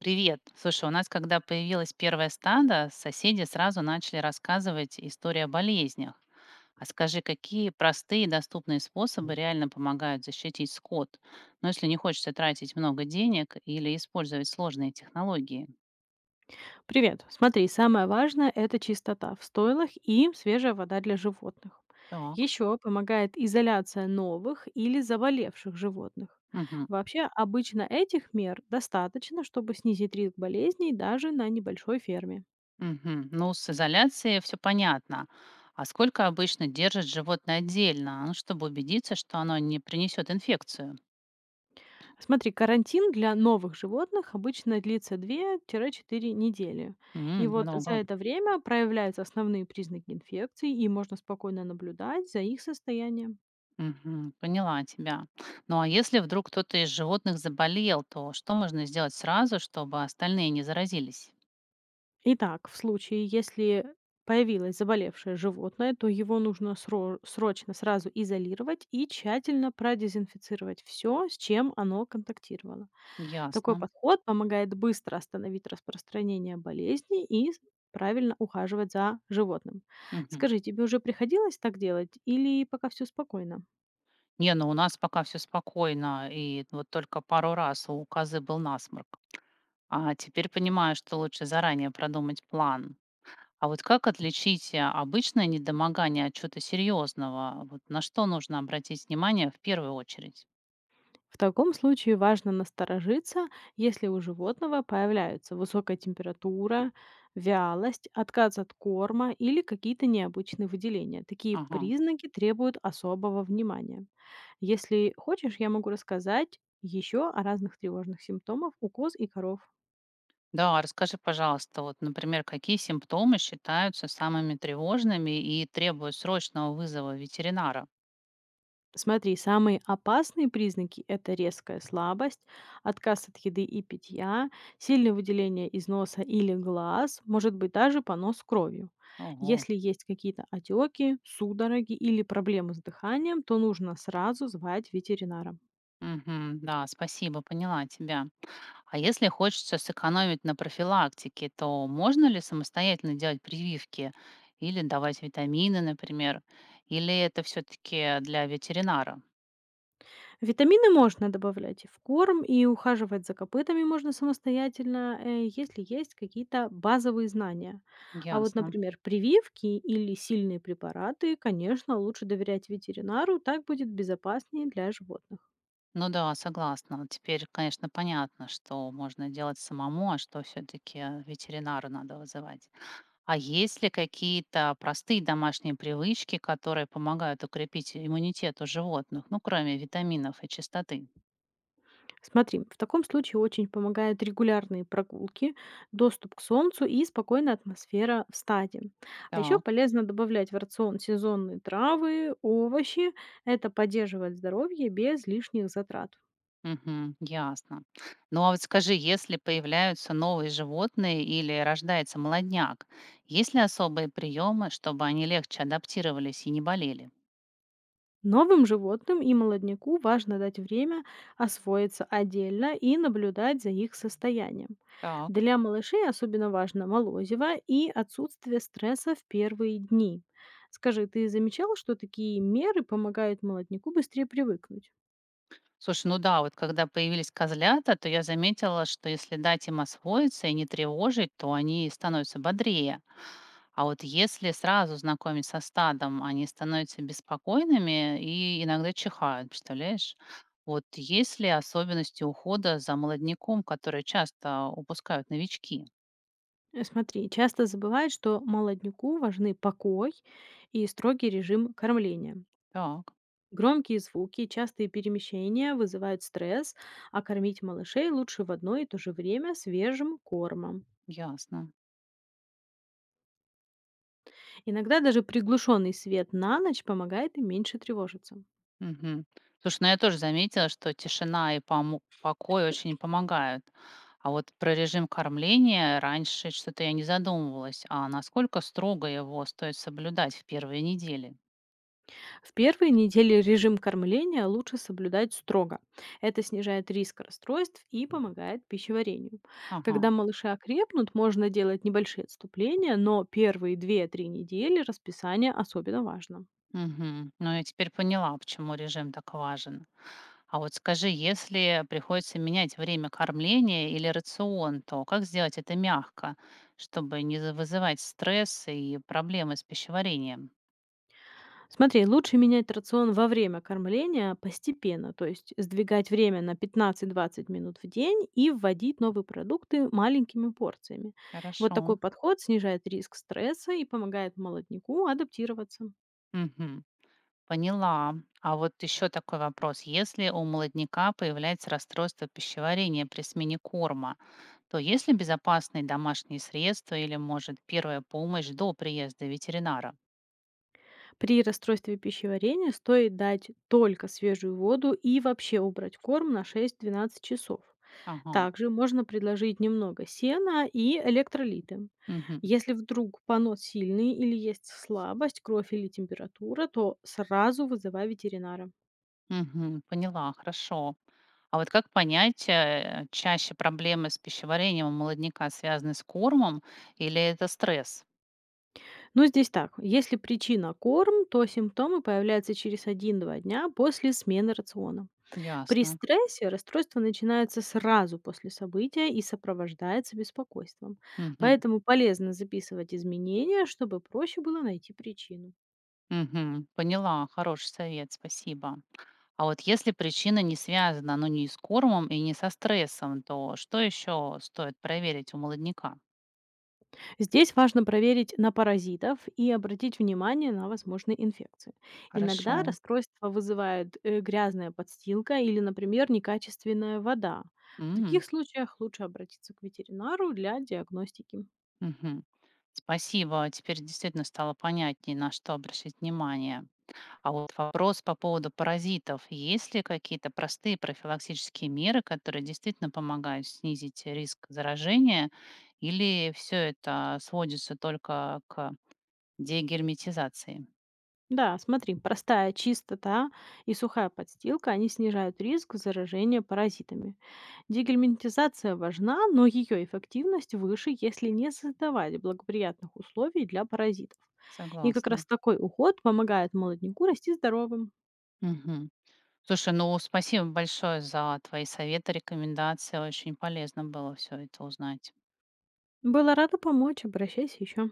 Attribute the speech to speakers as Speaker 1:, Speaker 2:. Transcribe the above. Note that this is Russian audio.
Speaker 1: Привет. Слушай, у нас, когда появилось первое стадо, соседи сразу начали рассказывать истории о болезнях. А скажи, какие простые и доступные способы реально помогают защитить скот? Ну, если не хочется тратить много денег или использовать сложные технологии.
Speaker 2: Привет. Смотри, самое важное– это чистота в стойлах и свежая вода для животных.
Speaker 1: Так.
Speaker 2: Еще помогает изоляция новых или заболевших животных.
Speaker 1: Мгм.
Speaker 2: Вообще, обычно этих мер достаточно, чтобы снизить риск болезней даже на небольшой ферме.
Speaker 1: Мгм. Ну, с изоляцией все понятно. А сколько обычно держит животное отдельно, ну, чтобы убедиться, что оно не принесет инфекцию?
Speaker 2: Смотри, карантин для новых животных обычно длится две-четыре недели. И
Speaker 1: М,
Speaker 2: вот за
Speaker 1: много.
Speaker 2: это время проявляются основные признаки инфекции, и можно спокойно наблюдать за их состоянием.
Speaker 1: Мгм. Поняла тебя. Ну а если вдруг кто-то из животных заболел, то что можно сделать сразу, чтобы остальные не заразились?
Speaker 2: Итак, в случае, если появилось заболевшее животное, то его нужно срочно сразу изолировать и тщательно продезинфицировать все, с чем оно контактировало. Такой
Speaker 1: Ясно.
Speaker 2: подход помогает быстро остановить распространение болезни и правильно ухаживать за животным.
Speaker 1: Мгм.
Speaker 2: Скажи, тебе уже приходилось так делать или пока все спокойно?
Speaker 1: Не, ну у нас пока все спокойно, и вот только пару раз у козы был насморк. А теперь понимаю, что лучше заранее продумать план. А вот как отличить обычное недомогание от чего-то серьезного? Вот на что нужно обратить внимание в первую очередь?
Speaker 2: В таком случае важно насторожиться, если у животного появляются высокая температура, вялость, отказ от корма или какие-то необычные выделения. Такие
Speaker 1: Ага.
Speaker 2: признаки требуют особого внимания. Если хочешь, я могу рассказать еще о разных тревожных симптомах у коз и коров.
Speaker 1: Да, расскажи, пожалуйста, вот, например, какие симптомы считаются самыми тревожными и требуют срочного вызова ветеринара?
Speaker 2: Смотри, самые опасные признаки– это резкая слабость, отказ от еды и питья, сильное выделение из носа или глаз, может быть даже понос кровью.
Speaker 1: Ого.
Speaker 2: Если есть какие-то отеки, судороги или проблемы с дыханием, то нужно сразу звать ветеринара.
Speaker 1: Мгм. Да, спасибо, поняла тебя. А если хочется сэкономить на профилактике, то можно ли самостоятельно делать прививки или давать витамины, например? Или это все-таки для ветеринара?
Speaker 2: Витамины можно добавлять и в корм, и ухаживать за копытами можно самостоятельно, если есть какие-то базовые знания. А вот,
Speaker 1: Ясно.
Speaker 2: например, прививки или сильные препараты, конечно, лучше доверять ветеринару, так будет безопаснее для животных.
Speaker 1: Ну да, согласна. Теперь, конечно, понятно, что можно делать самому, а что все-таки ветеринару надо вызывать. А есть ли какие-то простые домашние привычки, которые помогают укрепить иммунитет у животных, ну, кроме витаминов и чистоты?
Speaker 2: Смотри, в таком случае очень помогают регулярные прогулки, доступ к солнцу и спокойная атмосфера в стаде. А еще
Speaker 1: Так,
Speaker 2: полезно добавлять в рацион сезонные травы, овощи. Это поддерживает здоровье без лишних затрат.
Speaker 1: мгм, ясно. Ну, а вот скажи, если появляются новые животные или рождается молодняк, есть ли особые приемы, чтобы они легче адаптировались и не болели?
Speaker 2: Новым животным и молодняку важно дать время освоиться отдельно и наблюдать за их состоянием.
Speaker 1: Так.
Speaker 2: Для малышей особенно важно молозиво и отсутствие стресса в первые дни. Скажи, ты замечала, что такие меры помогают молодняку быстрее привыкнуть?
Speaker 1: Слушай, ну да, вот когда появились козлята, то я заметила, что если дать им освоиться и не тревожить, то они становятся бодрее. А вот если сразу знакомить со стадом, они становятся беспокойными и иногда чихают, представляешь? Вот есть ли особенности ухода за молодняком, которые часто упускают новички?
Speaker 2: Смотри, часто забывают, что молодняку важны покой и строгий режим кормления.
Speaker 1: Так,
Speaker 2: Громкие звуки и частые перемещения вызывают стресс, а кормить малышей лучше в одно и то же время свежим кормом.
Speaker 1: ясно.
Speaker 2: Иногда даже приглушенный свет на ночь помогает им меньше тревожиться.
Speaker 1: Мгм. Слушай, ну я тоже заметила, что тишина и покой очень помогают. А вот про режим кормления раньше что-то я не задумывалась. А насколько строго его стоит соблюдать в первые недели?
Speaker 2: В первые недели режим кормления лучше соблюдать строго. Это снижает риск расстройств и помогает пищеварению.
Speaker 1: Ага.
Speaker 2: Когда малыши окрепнут, можно делать небольшие отступления, но первые две-три недели расписание особенно важно.
Speaker 1: Мгм. Ну, я теперь поняла, почему режим так важен. А вот скажи, если приходится менять время кормления или рацион, то как сделать это мягко, чтобы не вызывать стресс и проблемы с пищеварением?
Speaker 2: Смотри, лучше менять рацион во время кормления постепенно, то есть сдвигать время на 15-20 минут в день и вводить новые продукты маленькими порциями. Вот
Speaker 1: Хорошо.
Speaker 2: такой подход снижает риск стресса и помогает молодняку адаптироваться.
Speaker 1: Мгм. Поняла. А вот еще такой вопрос. Если у молодняка появляется расстройство пищеварения при смене корма, то есть ли безопасные домашние средства или, может, первая помощь до приезда ветеринара?
Speaker 2: При расстройстве пищеварения стоит дать только свежую воду и вообще убрать корм на 6-12 часов.
Speaker 1: Ага.
Speaker 2: Также можно предложить немного сена и электролиты.
Speaker 1: Мгм.
Speaker 2: Если вдруг понос сильный или есть слабость, кровь или температура, то сразу вызывай ветеринара.
Speaker 1: Мгм. Поняла, хорошо. А вот как понять, чаще проблемы с пищеварением у молодняка связаны с кормом или это стресс?
Speaker 2: Но здесь так, если причина корм, то симптомы появляются через один-два дня после смены рациона. При
Speaker 1: Ясно.
Speaker 2: стрессе расстройство начинается сразу после события и сопровождается беспокойством.
Speaker 1: Мгм.
Speaker 2: Поэтому полезно записывать изменения, чтобы проще было найти причину.
Speaker 1: Мгм. Поняла, хороший совет, спасибо. А вот если причина не связана, ну, не с кормом и не со стрессом, то что еще стоит проверить у молодняка?
Speaker 2: Здесь важно проверить на паразитов и обратить внимание на возможные инфекции.
Speaker 1: Хорошо.
Speaker 2: Иногда расстройство вызывает грязная подстилка или, например, некачественная вода. В
Speaker 1: М,
Speaker 2: таких случаях лучше обратиться к ветеринару для диагностики.
Speaker 1: мгм. Спасибо, теперь действительно стало понятнее, на что обращать внимание. А вот вопрос по поводу паразитов. Есть ли какие-то простые профилактические меры, которые действительно помогают снизить риск заражения, или все это сводится только к дегерметизации?
Speaker 2: Да, смотри, простая чистота и сухая подстилка, они снижают риск заражения паразитами. Дегельминтизация важна, но ее эффективность выше, если не создавать благоприятных условий для паразитов. И как раз
Speaker 1: Согласна.
Speaker 2: такой уход помогает молодняку расти здоровым.
Speaker 1: Мгм. Слушай, ну спасибо большое за твои советы, рекомендации. Очень полезно было все это узнать.
Speaker 2: Была рада помочь, обращайся еще.